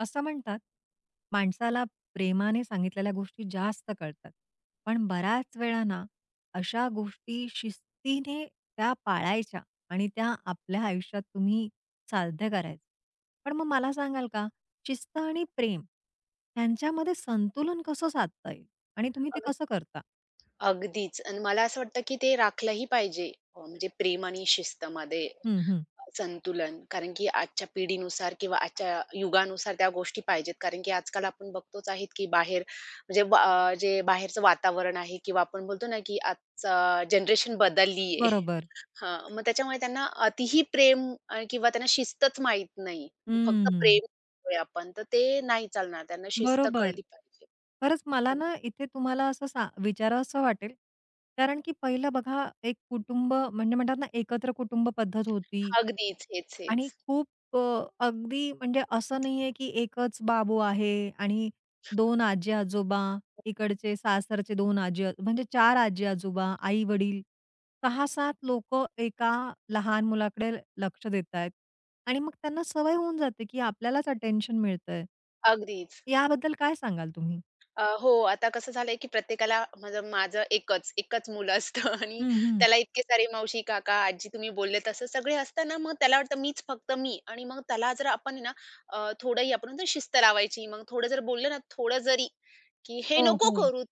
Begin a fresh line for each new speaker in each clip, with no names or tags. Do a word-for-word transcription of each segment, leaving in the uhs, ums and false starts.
असं म्हणतात, माणसाला प्रेमाने सांगितलेल्या गोष्टी जास्त कळतात. पण बऱ्याच वेळा ना, अशा गोष्टी शिस्तीने त्या पाळायच्या आणि त्या आपल्या आयुष्यात तुम्ही साध्य करायचं. पण मग मला सांगाल का, शिस्त आणि प्रेम ह्यांच्यामध्ये संतुलन कसं साधता येईल आणि तुम्ही ते
अग
कसं करता?
अगदीच आणि मला असं वाटतं, की ते राखलंही पाहिजे. अ, म्हणजे प्रेम आणि शिस्तमध्ये
हं, हं.
संतुलन. कारण की आजच्या पिढीनुसार किंवा आजच्या युगानुसार त्या गोष्टी पाहिजेत. कारण की आजकाल आपण बघतोच आहेत, की बाहेर म्हणजे वा- अ, जे बाहेरचं वातावरण आहे किंवा आपण बोलतो ना, की आजचं जनरेशन बदलली आहे.
बरोबर.
मग त्याच्यामुळे त्यांना अतिही प्रेम अ, किंवा त्यांना शिस्तच माहीत नाही. फक्त
हं.
प्रेम करतोय आपण, तर ते नाही चालणार. त्यांना शिस्त
बरोबर.
कळली पाहिजे.
खरंच मला
अगदी.
ना इथे तुम्हाला असं सा विचारावसं वाटेल, कारण की पहिलं बघा एक कुटुंब म्हणजे म्हणतात ना एकत्र कुटुंब पद्धत होती
अगदीच. हेच,
आणि
हेच.
खूप अ, अगदी म्हणजे असं नाहीये की एकच बाबू आहे आणि दोन आजी-आजोबा, इकडचे सासरचे दोन आजी आ- म्हणजे चार आजी-आजोबा, आई-वडील, सहा सात लोकं एका लहान मुलाकडे लक्ष देतायत आणि मग त्यांना सवय होऊन जाते की आपल्यालाच अटेन्शन मिळतंय.
अगदीच.
याबद्दल काय सांगाल तुम्ही?
अ, हो, आता कसं झालंय, की प्रत्येकाला माझं माझं एकच, एकच मुलं असतं आणि त्याला इतके सारे मावशी, काका, आजी तुम्ही बोलले तसं सगळे असताना मग त्याला वाटतं मीच फक्त मी आणि मग त्याला जर आपण आहे ना अ, थोडंही आपण म्हणतो शिस्त लावायची. मग थोडं जर बोललं ना, थोडं जरी, की "हे
हो,
नको
हो,
करू"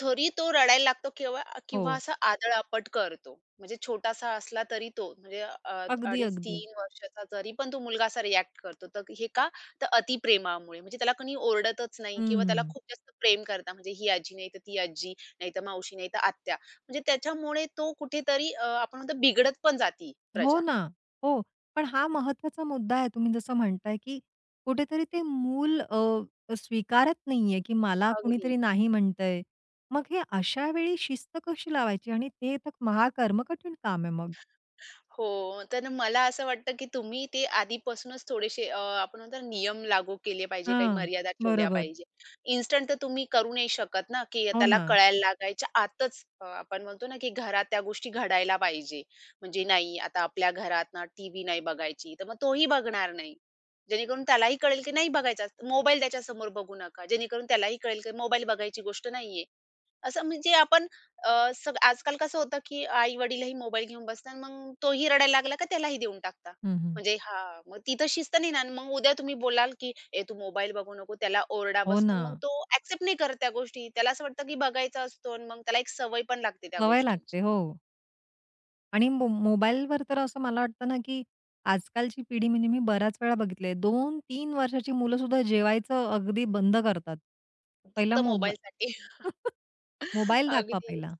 तरी तो रडायला लागतो किंवा किंवा
हो.
असा आदळआपट करतो. म्हणजे छोटासा असला तरी तो म्हणजे अ,
अगदी, अगदी.
अडीच-तीन वर्षाचा जरी पण तो मुलगा असा रिएक्ट करतो. तर हे का? तर अतिप्रेमामुळे. म्हणजे त्याला कोणी ओरडतच नाही किंवा त्याला
हं.
खूप जास्त प्रेम करता, म्हणजे ही आजी नाही तर ती आजी, नाहीतर मावशी, नाहीतर आत्या. म्हणजे त्याच्यामुळे तो कुठेतरी अ, आपण म्हणतो बिघडत पण जाती
हो
प्रजा.
ना. हो. पण हा महत्वाचा मुद्दा आहे. तुम्ही जसं म्हणताय, की कुठेतरी ते मूल अ, स्वीकारत नाहीये, की मला
अगदी.
कुणीतरी नाही म्हणतंय. मग हे अशा वेळी शिस्त कशी लावायची? आणि ते तर महाकर्म कठीण काम आहे मग.
हो. तर मला असं वाटतं, की तुम्ही ते आधीपासूनच थोडेसे अ, आपण म्हणतो ना नियम लागू केले पाहिजे, काही
हां.
मर्यादा ठेवल्या
बरोबर.
पाहिजे. इन्स्टंट तर तुम्ही करू नाही शकत ना, की
हो
त्याला
ना.
कळायला लागायच्या आतच अ, आपण म्हणतो ना, की घरात त्या गोष्टी घडायला पाहिजे. म्हणजे नाही आता आपल्या घरात ना टीव्ही नाही बघायची, तर मग तोही बघणार नाही. जेणेकरून त्यालाही कळेल, की नाही बघायचा. मोबाईल त्याच्यासमोर बघू नका. जेणेकरून त्यालाही कळेल, की मोबाईल बघायची गोष्ट नाहीये. असं म्हणजे आपण अ, सग आजकाल कसं होतं, की आई-वडीलही मोबाईल घेऊन बसतात. मग तोही रडायला लागला का त्यालाही देऊन टाकता.
हं, हं.
म्हणजे हां, मग तिथं शिस्त नाही ना. आणि मग उद्या तुम्ही बोलाल, की "ए, तू मोबाईल बघू नको." त्याला ओरडा
हो
बसतो.
ना.
आणि मग तो एक्सेप्ट नाही करत त्या गोष्टी. त्याला असं वाटतं, की बघायचा असतो आणि मग त्याला एक सवय पण लागते त्या
सवय
गोष्टींची.
लागते. हो. आणि मो मोबाईलवर तर असं मला वाटतं ना, की आजकालची पिढी म्हणजे मी बऱ्याच वेळा बघितले दोन तीन वर्षाची मुलंसुद्धा जेवायचं अगदी बंद करतात. पहिला
फक्त
मोबाईल,
मोबाईलसाठी.
मोबाईल दाखवा
अगदी.
पहिला.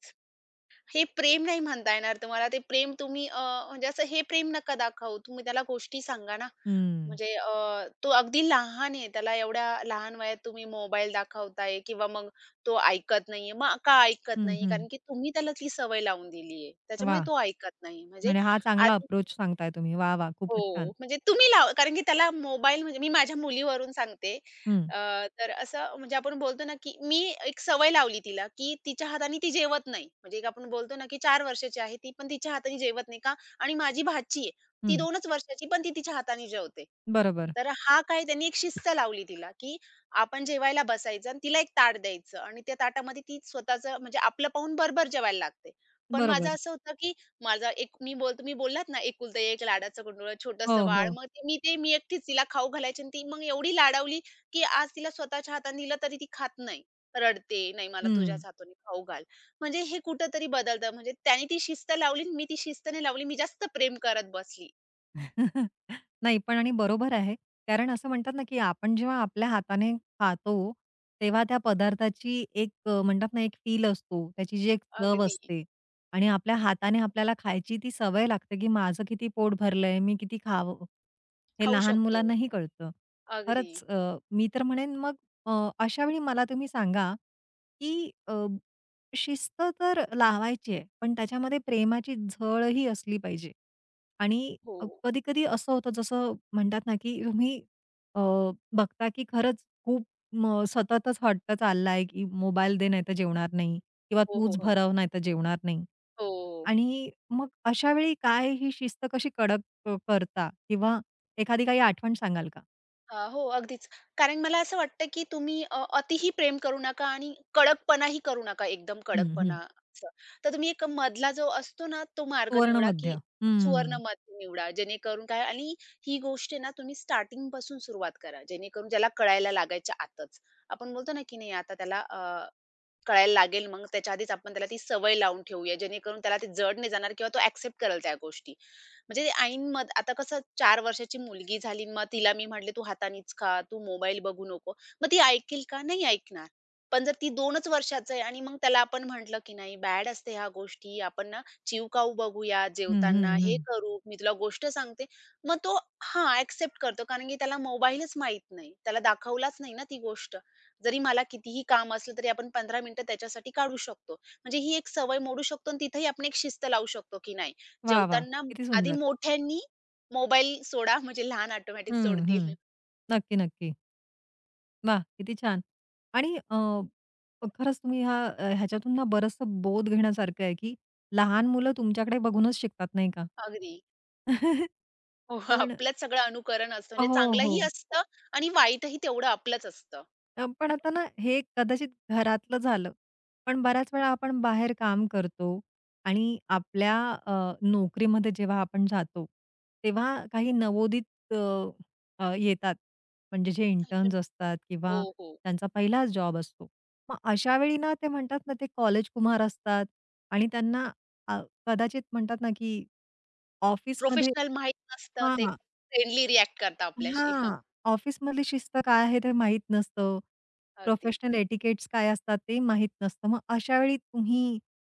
हे प्रेम नाही म्हणता येणार तुम्हाला. ते प्रेम तुम्ही अ, म्हणजे असं हे प्रेम नका दाखवू. तुम्ही त्याला गोष्टी सांगा ना.
हं.
म्हणजे अ, तो अगदी लहान आहे. त्याला एवढ्या लहान वयात तुम्ही मोबाईल दाखवताय किंवा मग तो ऐकत नाहीये. मग का ऐकत
हं,
नाही?
हं.
कारण की तुम्ही त्याला ती सवय लावून दिली आहे. त्याच्यामुळे
वाह!
तो ऐकत नाही. म्हणजे
म्हणजे हा चांगला
आज
अप्रोच सांगताय तुम्ही. वाह, वाह! खूपच छान.
हो, म्हणजे तुम्ही लाव कारण की त्याला मोबाईल म्हणजे मी माझ्या मुलीवरून सांगते.
हं,
अ, तर असं म्हणजे आपण बोलतो ना, की मी एक सवय लावली तिला, की तिच्या हाताने ती जेवत नाही. म्हणजे एक आपण बोलतो ना, की चार वर्षाची आहे ती, पण तिच्या हाताने जेवत नाही का? आणि माझी भाची आहे, ती
हं.
दोनच वर्षाची, पण ती तिच्या हाताने जेवते.
बरोबर,
तर हा काय त्यांनी एक शिस्त लावली तिला, की आपण जेवायला बसायचं आणि तिला एक ताट द्यायचं आणि त्या ताटामध्ये ती स्वतःचं म्हणजे आपलं पाहून भर जेवायला लागते. पण माझं
बरोबर.
असं होतं, की माझा एक मी बोलतो मी बोललात ना, "एकुलता एक लाडाचं कुंडूळ, छोटंसं
हो,
बाळ."
हो.
मग ते मी ते मी एकटीच तिला खाऊ घालायची आणि ती मग एवढी लाडावली, की आज तिला स्वतःच्या हाताने दिलं तरी ती खात नाही. रडते, "नाही मला
हं.
तुझ्याच हाताने खाऊ घाल." म्हणजे हे कुठेतरी बदलतं. म्हणजे त्याने ती शिस्त लावली आणि मी ती शिस्त नाही लावली. मी जास्त प्रेम करत बसली.
नाही पण आणि बरोबर आहे. कारण असं म्हणतात ना, की आपण जेव्हा आपल्या हाताने खातो, तेव्हा त्या पदार्थाची एक अ, म्हणतात ना, एक फील असतो. त्याची जी एक चव
अगदी.
असते आणि आपल्या हाताने आपल्याला खायची ती सवय लागते, की माझं किती पोट भरलंय, मी किती खावं. हे
खाऊ
लहान
शकतो.
मुलांनाही कळतं.
अगदी.
खरंच अ, मी तर म्हणेन मग अ, अशा वेळी मला तुम्ही सांगा, की अ, शिस्त तर लावायची आहे, पण त्याच्यामध्ये प्रेमाची झळही असली पाहिजे. आणि
हो.
अ, कधी-कधी असं होतं जसं म्हणतात ना, की तुम्ही अ, बघता की खरंच खूप म सततच हट्ट चाललाय, की मोबाईल दे नाहीतर जेवणार नाही किंवा
हो, हो.
तूच
हो, अगदी.
भरव नाहीतर जेवणार नाही.
हो.
आणि मग अशा वेळी काय ही शिस्त कशी कडक अ, करता किंवा एखादी काही आठवण सांगाल का?
अ, हो, अगदीच. कारण मला असं वाटतं, की तुम्ही अ, अतिही प्रेम करू नका आणि कडकपणाही करू नका, एकदम
हं,
कडकपणा
हं.
असं. तर तुम्ही एक मधला जो असतो ना, तो मार्ग निवडा, की
सुवर्णमध्य.
सुवर्ण
हं.
मध्य निवडा. जेणेकरून काय आणि ही गोष्ट आहे ना, तुम्ही स्टार्टिंगपासून सुरुवात करा. जेणेकरून त्याला कळायला लागायच्या आतच. आपण बोलतो ना, की नाही आता त्याला कळायला लागेल मग त्याच्या आधीच आपण त्याला ती सवय लावून ठेवूया, जेणेकरून त्याला ते जड नाही जाणार किंवा तो एक्सेप्ट करेल त्या गोष्टी. म्हणजे ऐन मध आता कसं चार वर्षाची मुलगी झाली, मग तिला मी म्हटले, "तू हातानेच खा, तू मोबाईल बघू नको." मग ती ऐकेल का? नाही ऐकणार. पण जर ती दोनच वर्षाचं आहे आणि मग त्याला आपण म्हटलं, की "नाही, बॅड असते ह्या गोष्टी. आपण ना चिवकाऊ बघूया
हं,
जेवताना,
हं,
हे
हं.
करू, मी तुला गोष्ट सांगते." मग तो हां, एक्सेप्ट करतो कारण की त्याला मोबाईलच माहीत नाही. त्याला दाखवलाच नाही ना ती गोष्ट. जरी मला कितीही काम असलं तरी आपण पंधरा मिनिटं त्याच्यासाठी काढू शकतो. म्हणजे ही एक सवय मोडू शकतो आणि तिथेही आपण एक शिस्त लावू शकतो, की नाही
वाह! वाह!
जेवताना
किती
आधी
सुंदर.
मोठ्यांनी मोबाईल सोडा म्हणजे लहान ऑटोमॅटिक
हं, हं.
सोडतील.
नक्की, नक्की. वाह! किती छान. आणि अ, खरंच तुम्ही ह्या अ, ह्याच्यातून ना बरचसं बोध घेण्यासारखं आहे, की लहान मुलं तुमच्याकडे बघूनच शिकतात, नाही का?
अगदी. हो,
पण
आपलंच सगळं अनुकरण असतं. म्हणजे
हो, हो.
चांगलंही असतं आणि वाईटही तेवढं आपलंच असतं.
अ, पण आता ना हे कदाचित घरातलं झालं. पण बऱ्याच वेळा आपण बाहेर काम करतो आणि आपल्या अ, नोकरीमध्ये जेव्हा आपण जातो, तेव्हा काही नवोदित अ, अ, येतात. म्हणजे जे इंटर्न्स
अजून
असतात
हो,
किंवा
हो.
त्यांचा पहिलाच जॉब असतो. मग अशा वेळी ना ते म्हणतात ना ते कॉलेज कुमार असतात आणि त्यांना अ, कदाचित म्हणतात ना की ऑफिसमध्ये
प्रोफेशनल माहीत नसतं ते
हां.
फ्रेंडली रिएक्ट करतात आपल्याशी. हां,
हां. ऑफिसमधली शिस्त काय आहे ते माहीत नसतं.
अगदी.
प्रोफेशनल एटिकेट्स काय असतात ते माहीत नसतं. मग अशा वेळी तुम्ही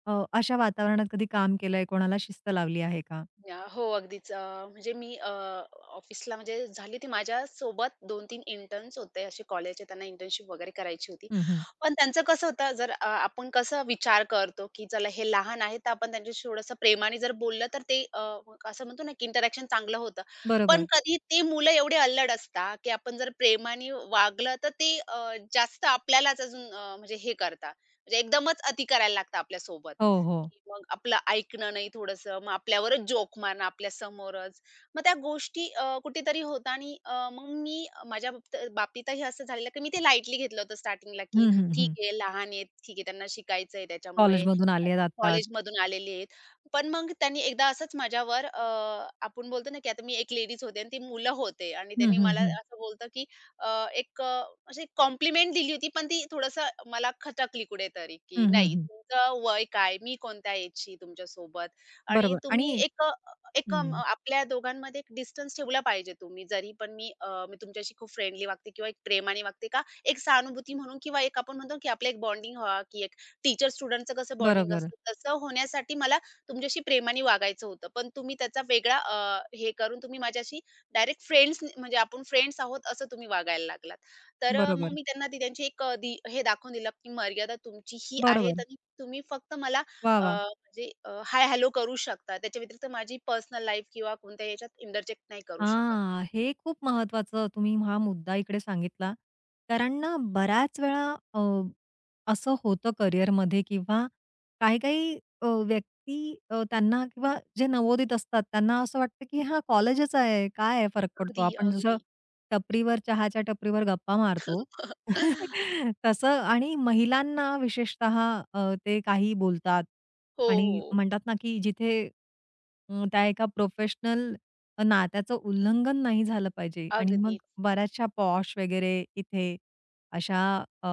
अ, अशा वातावरणात कधी काम केलंय? कोणाला शिस्त लावली आहे का?
या हो, अगदीच. अ, म्हणजे मी अ, ऑफिसला म्हणजे झाली ती माझ्यासोबत दोन ते तीन इंटर्न्स होते असे कॉलेजचे. त्यांना इंटर्नशिप वगैरे करायची होती.
हं, हं.
पण त्यांचं कसं होतं, जर अ, आपण कसं विचार करतो, की चला हे लहान आहे, तर आपण त्यांच्याशी थोडंसं प्रेमाने जर बोललं, तर ते अ, असं म्हणतो ना, की इंटरॅक्शन चांगलं होतं. पण
बरोबर.
कधी ती मुलं एवढी अल्लड असतात, की आपण जर प्रेमाने वागलं, तर ते अ, जास्त आपल्यालाच अजून अ, म्हणजे हे करतात. म्हणजे एकदमच अति करायला लागतं आपल्यासोबत.
हो, हो.
की मग आपलं ऐकणं नाही थोडंसं, मग आपल्यावरच जोक मारणं आपल्यासमोरच. मग त्या गोष्टी अ, कुठेतरी होतात आणि अ, मग मी माझ्या बाबत बाबतीतही असं झालेलं, की मी ते लाईटली घेतलं होतं स्टार्टिंगला, की
हं, हं,
ठीक
हं.
आहे लहान आहेत, ठीक आहे त्यांना शिकायचं त्याच्यामुळे
कॉलेजमधून आलेत आत्ताच.
कॉलेजमधून आलेले आहेत. पण मग त्यांनी एकदा असंच माझ्यावर अ, आपण बोलतो ना, की आता मी एक लेडीज होते आणि ती मुलं होते आणि
हं,
त्यांनी
हं,
मला
हं.
असं बोलतं, की अ, एक अशी कॉम्प्लिमेंट दिली होती, पण ती थोडंसं मला खटकली कुठेतरी, की
हं, हं,
नाही
हं.
तुमचं वय काय? मी कोणत्या एजची तुमच्यासोबत? आणि
बरोबर आणि
तुम्ही एक अ, एक अ,
हं.
आपल्या दोघांमध्ये एक डिस्टन्स ठेवला पाहिजे तुम्ही. जरी पण मी अ, मी तुमच्याशी खूप फ्रेंडली वागते किंवा एक प्रेमाने वागते का एक सहानुभूती म्हणून किंवा एक आपण म्हणतो, की आपलं एक बॉन्डिंग व्हावा, की एक टीचर-स्टुडंटचं कसं बॉन्डिंग
बरोबर,
असतं, तसं होण्यासाठी मला तुमच्याशी प्रेमाने वागायचं होतं. पण तुम्ही त्याचा वेगळा अ, हे करून तुम्ही माझ्याशी डायरेक्ट फ्रेंड्स म्हणजे आपण फ्रेंड्स आहोत असं तुम्ही वागायला लागलात. तर अ, मग
बरोबर,
मी त्यांना ती त्यांची एक अ, दी हे दाखवून दिलं, की मर्यादा तुमची ही आहे
बरोबर.
आणि तुम्ही फक्त मला
वाह!
अ,
वाह!
म्हणजे अ, हाय हॅलो करू शकता. त्याच्या व्यतिरिक्त माझी पर्सनल लाईफ किंवा कोणत्याही ह्याच्यात इंटरजेक्ट नाही करू शकत.
हां, हे खूप महत्वाचं तुम्ही हा मुद्दा इकडे सांगितला. कारण ना बऱ्याच वेळा अ, असं होतं करिअरमध्ये किंवा काही-काही अ, व्यक्ती अ, त्यांना किंवा जे नवोदित असतात त्यांना असं वाटतं की हा कॉलेजच आहे, काय आहे फरक पडतो.
अगदी,
आपण जसं
अगदी.
टपरीवर चहाच्या टपरीवर गप्पा मारतो. तसं आणि महिलांना विशेषतः अ, ते काही बोलतात
हो,
आणि
हो.
म्हणतात ना की जिथे अ, त्या एका प्रोफेशनल नात्याचं उल्लंघन नाही झालं पाहिजे आणि मग
अगदीच.
बऱ्याचशा पॉश वगैरे इथे अशा अ,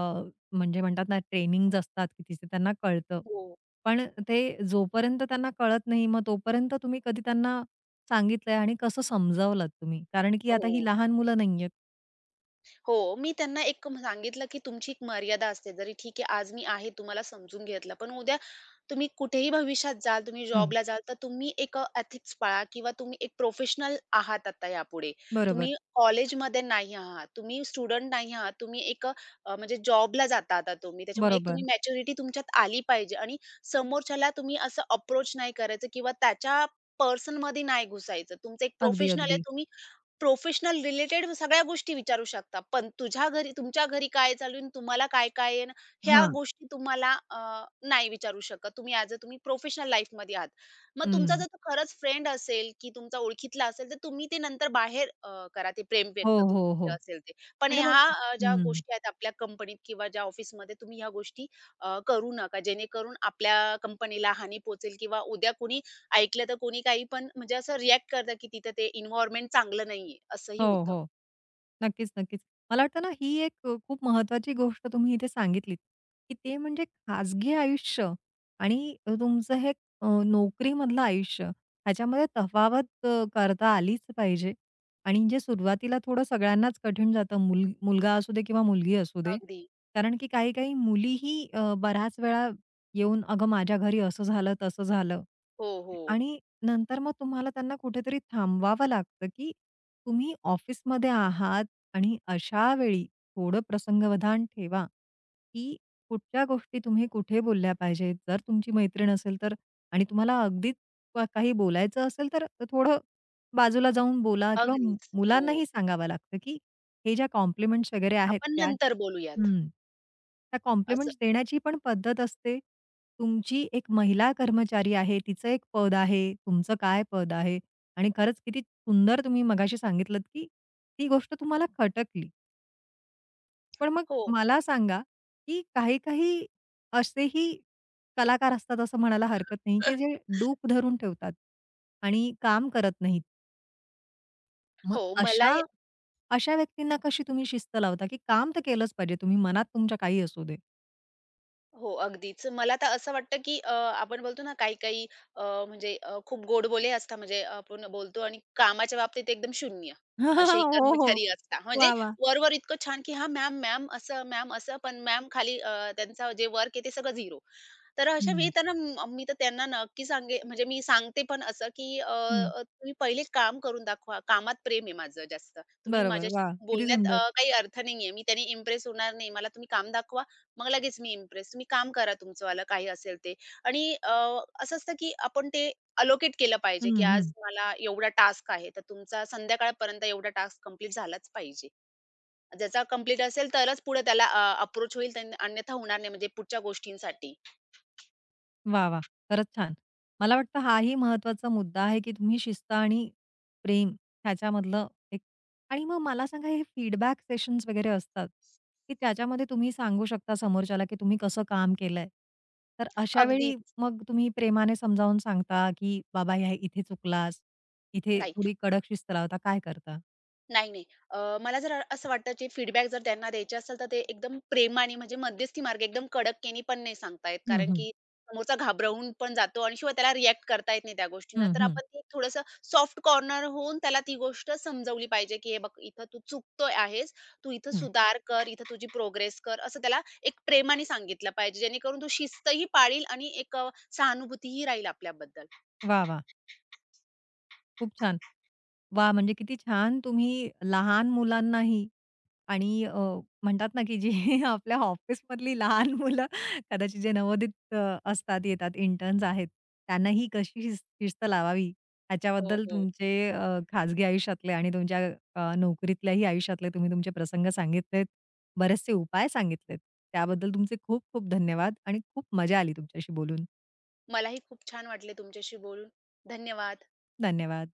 म्हणजे म्हणतात ना ट्रेनिंग्ज असतात की तिथे त्यांना कळतं.
हो,
पण ते जोपर्यंत त्यांना कळत नाही मग तोपर्यंत तुम्ही कधी त्यांना सांगितलंय आणि कसं समजावलात तुम्ही? कारण की आता ही
हो.
लहान मुलं नाहीयेत.
हो, मी त्यांना एक म- सांगितलं, की तुमची एक मर्यादा असते. जरी ठीक आहे, आज मी आहे, तुम्हाला समजून घेतलं. पण उद्या तुम्ही कुठेही भविष्यात जाल, तुम्ही
हं.
जॉबला जाल, तर तुम्ही एक अ, एथिक्स पाळा किंवा तुम्ही एक प्रोफेशनल आहात आता यापुढे.
बरोबर,
तुम्ही कॉलेजमध्ये नाही आहात, तुम्ही स्टुडंट नाही आहात, तुम्ही एक अ, म्हणजे जॉबला जाता आता तुम्ही. त्याच्यामुळे एक तुम्ही
बरोबर.
मॅच्युरिटी तुमच्यात आली पाहिजे आणि समोरच्याला तुम्ही असं अप्रोच नाही करायचं किंवा त्याच्या पर्सनमध्ये नाही घुसायचं. तुमचं एक
अगदी,
प्रोफेशनल आहे,
अगदी.
तुम्ही प्रोफेशनल रिलेटेड सगळ्या गोष्टी विचारू शकता. पण तुझ्या घरी तुमच्या घरी काय चालू आहे आणि तुम्हाला काय-काय आहे ना, ह्या
हां.
गोष्टी तुम्हाला अ, नाही विचारू शकत. तुम्ही ॲज अ तुम्ही प्रोफेशनल लाईफमध्ये आहात. मग तुमचा
हं.
जर तो खरंच फ्रेंड असेल, की तुमचा ओळखीतला असेल, तर तुम्ही ते नंतर बाहेर अ, करा ते प्रेम
हो,
व्यक्त
हो,
तुमचं
हो.
जे असेल ते. पण
म्हणजे मग
ह्या अ, ज्या
हं.
गोष्टी आहेत आपल्या कंपनीत किंवा ज्या ऑफिसमध्ये तुम्ही ह्या गोष्टी अ, करू नका. जेणेकरून आपल्या कंपनीला हानी पोहोचेल किंवा उद्या कुणी ऐकलं तर कोणी काही पण म्हणजे असं रिएक्ट करतं, की तिथं ते एन्व्हायर्नमेंट चांगलं नाहीये, असंही
हो,
होतं.
हो. नक्कीच, नक्कीच. मला वाटतं ना, ही एक अ, खूप महत्त्वाची गोष्ट तुम्ही इथे सांगितलीत, की ते म्हणजे खाजगी आयुष्य आणि अ, तुमचं हे अ, नोकरीमधलं आयुष्य, ह्याच्यामध्ये तफावत अ, करता आलीच पाहिजे. आणि जे सुरुवातीला थोडं सगळ्यांनाच कठीण जातं, मुल मुलगा असू दे किंवा मुलगी असू दे.
अगदी.
कारण की काही-काही मुलीही अ, बऱ्याच वेळा येऊन, "अगं, माझ्या घरी असं झालं, तसं झालं."
हो, हो.
आणि नंतर मग तुम्हाला त्यांना कुठेतरी थांबवावं लागतं, की तुम्ही ऑफिसमध्ये आहात आणि अशा वेळी थोडं प्रसंगावधान ठेवा, की कुठच्या गोष्टी तुम्ही कुठे बोलल्या पाहिजेत. जर तुमची मैत्रीण असेल तर आणि तुम्हाला अगदीच क काही बोलायचं असेल तर थोडं बाजूला जाऊन बोला किंवा मु
अगदीच. हो.
मुलांनाही सांगावं लागतं, की हे ज्या कॉम्प्लिमेंट्स वगैरे आहेत
आपण
त्या
नंतर बोलूयात.
त्या
असं
कॉम्प्लिमेंट्स देण्याची पण पद्धत असते. तुमची एक महिला कर्मचारी आहे, तिचं एक पद आहे, तुमचं काय पद आहे आणि खरंच किती सुंदर तुम्ही मगाशी सांगितलत, की ती गोष्ट तुम्हाला खटकली. पण मग
हो.
मला सांगा, की काही-काही असेही कलाकार असतात असं म्हणायला हरकत नाही, की जे डूब धरून ठेवतात आणि काम करत नाहीत. मग
हो,
अशा
मलाही
अशा व्यक्तींना कशी तुम्ही शिस्त लावता, की काम तर केलंच पाहिजे तुम्ही मनात तुमच्या काही असू दे?
हो, अगदीच. मला तर असं वाटतं, की अ, आपण बोलतो ना काही-काही अ, म्हणजे अ, खूप गोडबोले असतात म्हणजे आपण बोलतो आणि कामाच्या बाबतीत एकदम शून्य. असेही
हो, हो.
कर्मचारी असतात. म्हणजे
वाह! वाह!
वरवर इतकं छान, की "हां, मॅम, मॅम," असं, "मॅम" असं, पण मॅम खाली अ, त्यांचं जे वर्क आहे ते सगळं झिरो. तर अशा वेळी
हं,
त्यांना म मी तर त्यांना नक्की सांगे म्हणजे मी सांगते पण असं, की अ,
हं.
अ, तुम्ही पहिले काम करून दाखवा. कामात प्रेम आहे माझं जास्त. तुम्ही
बरोबर.
माझ्याशी
वाह! किती
बोलण्यात
सुंदर.
अ, काही अर्थ नाहीये. मी त्याने इम्प्रेस होणार नाही. मला तुम्ही काम दाखवा, मग लगेच मी इम्प्रेस. तुम्ही काम करा तुमचंवालं काही असेल ते. आणि अ, असं असतं, की आपण ते अलोकेट केलं
हं,
पाहिजे, की आज
हं.
मला एवढा टास्क आहे, तर तुमचा संध्याकाळपर्यंत एवढा टास्क कंप्लीट झालाच पाहिजे. ज्याचा कंप्लीट असेल तरच पुढे त्याला अप्रोच होईल, त्यान अन्यथा होणार नाही म्हणजे पुढच्या गोष्टींसाठी.
वाह, वाह! खरंच छान. मला वाटतं हाही महत्वाचा मुद्दा आहे, की तुम्ही शिस्त आणि प्रेम ह्याच्यामधलं एक आणि मग मला सांगा हे फीडबॅक सेशन्स वगैरे असतात, की त्याच्यामध्ये तुम्ही सांगू शकता समोरच्याला, की तुम्ही कसं काम केलंय. तर अशा
अगदी
वेळी मग तुम्ही प्रेमाने समजावून सांगता, की "बाबा हे इथे चुकलास, इथे
नाही,
थोडी कडक शिस्त लावता." काय करता?
नाही, नाही. अ, मला जर असं वाटतं जे फीडबॅक जर त्यांना द्यायचे असेल तर ते एकदम प्रेमाने म्हणजे मध्यस्थी मार्ग एकदम कडककेनी पण नाही सांगता येत.
हं,
कारण
हं.
की समोरचा घाबरवून पण जातो आणि शिवाय त्याला रिएक्ट करता येत नाही त्या गोष्टींना.
हं,
तर
हं.
आपण ते थोडंसं सॉफ्ट कॉर्नर होऊन त्याला ती गोष्ट समजवली पाहिजे, की "हे बघ इथं तू चुकतोय आहेस. तू इथं
हं.
सुधार कर, इथं तुझी प्रोग्रेस कर." असं त्याला एक प्रेमाने सांगितलं पाहिजे, जेणेकरून तो शिस्तही पाळील आणि एक अ, सहानुभूतीही राहील आपल्याबद्दल.
वाह, वाह! खूप छान. वा, म्हणजे किती छान तुम्ही लहान मुलांनाही आणि अ, म्हणतात ना, की जी आपल्या ऑफिसमधली लहान मुलं कदाचित जे नवोदित अ, असतात, येतात, इंटर्न्स आहेत, त्यांनाही कशी शिस शिस्त लावावी
हो,
ह्याच्याबद्दल
हो.
तुमचे अ, खाजगी आयुष्यातले आणि तुमच्या अ, नोकरीतल्याही आयुष्यातले तुम्ही तुमचे प्रसंग सांगितलेत. बरेचसे उपाय सांगितलेत. त्याबद्दल तुमचे खूप खूप धन्यवाद आणि खूप मजा आली तुमच्याशी बोलून.
मलाही खूप छान वाटले तुमच्याशी बोलून. धन्यवाद.
धन्यवाद.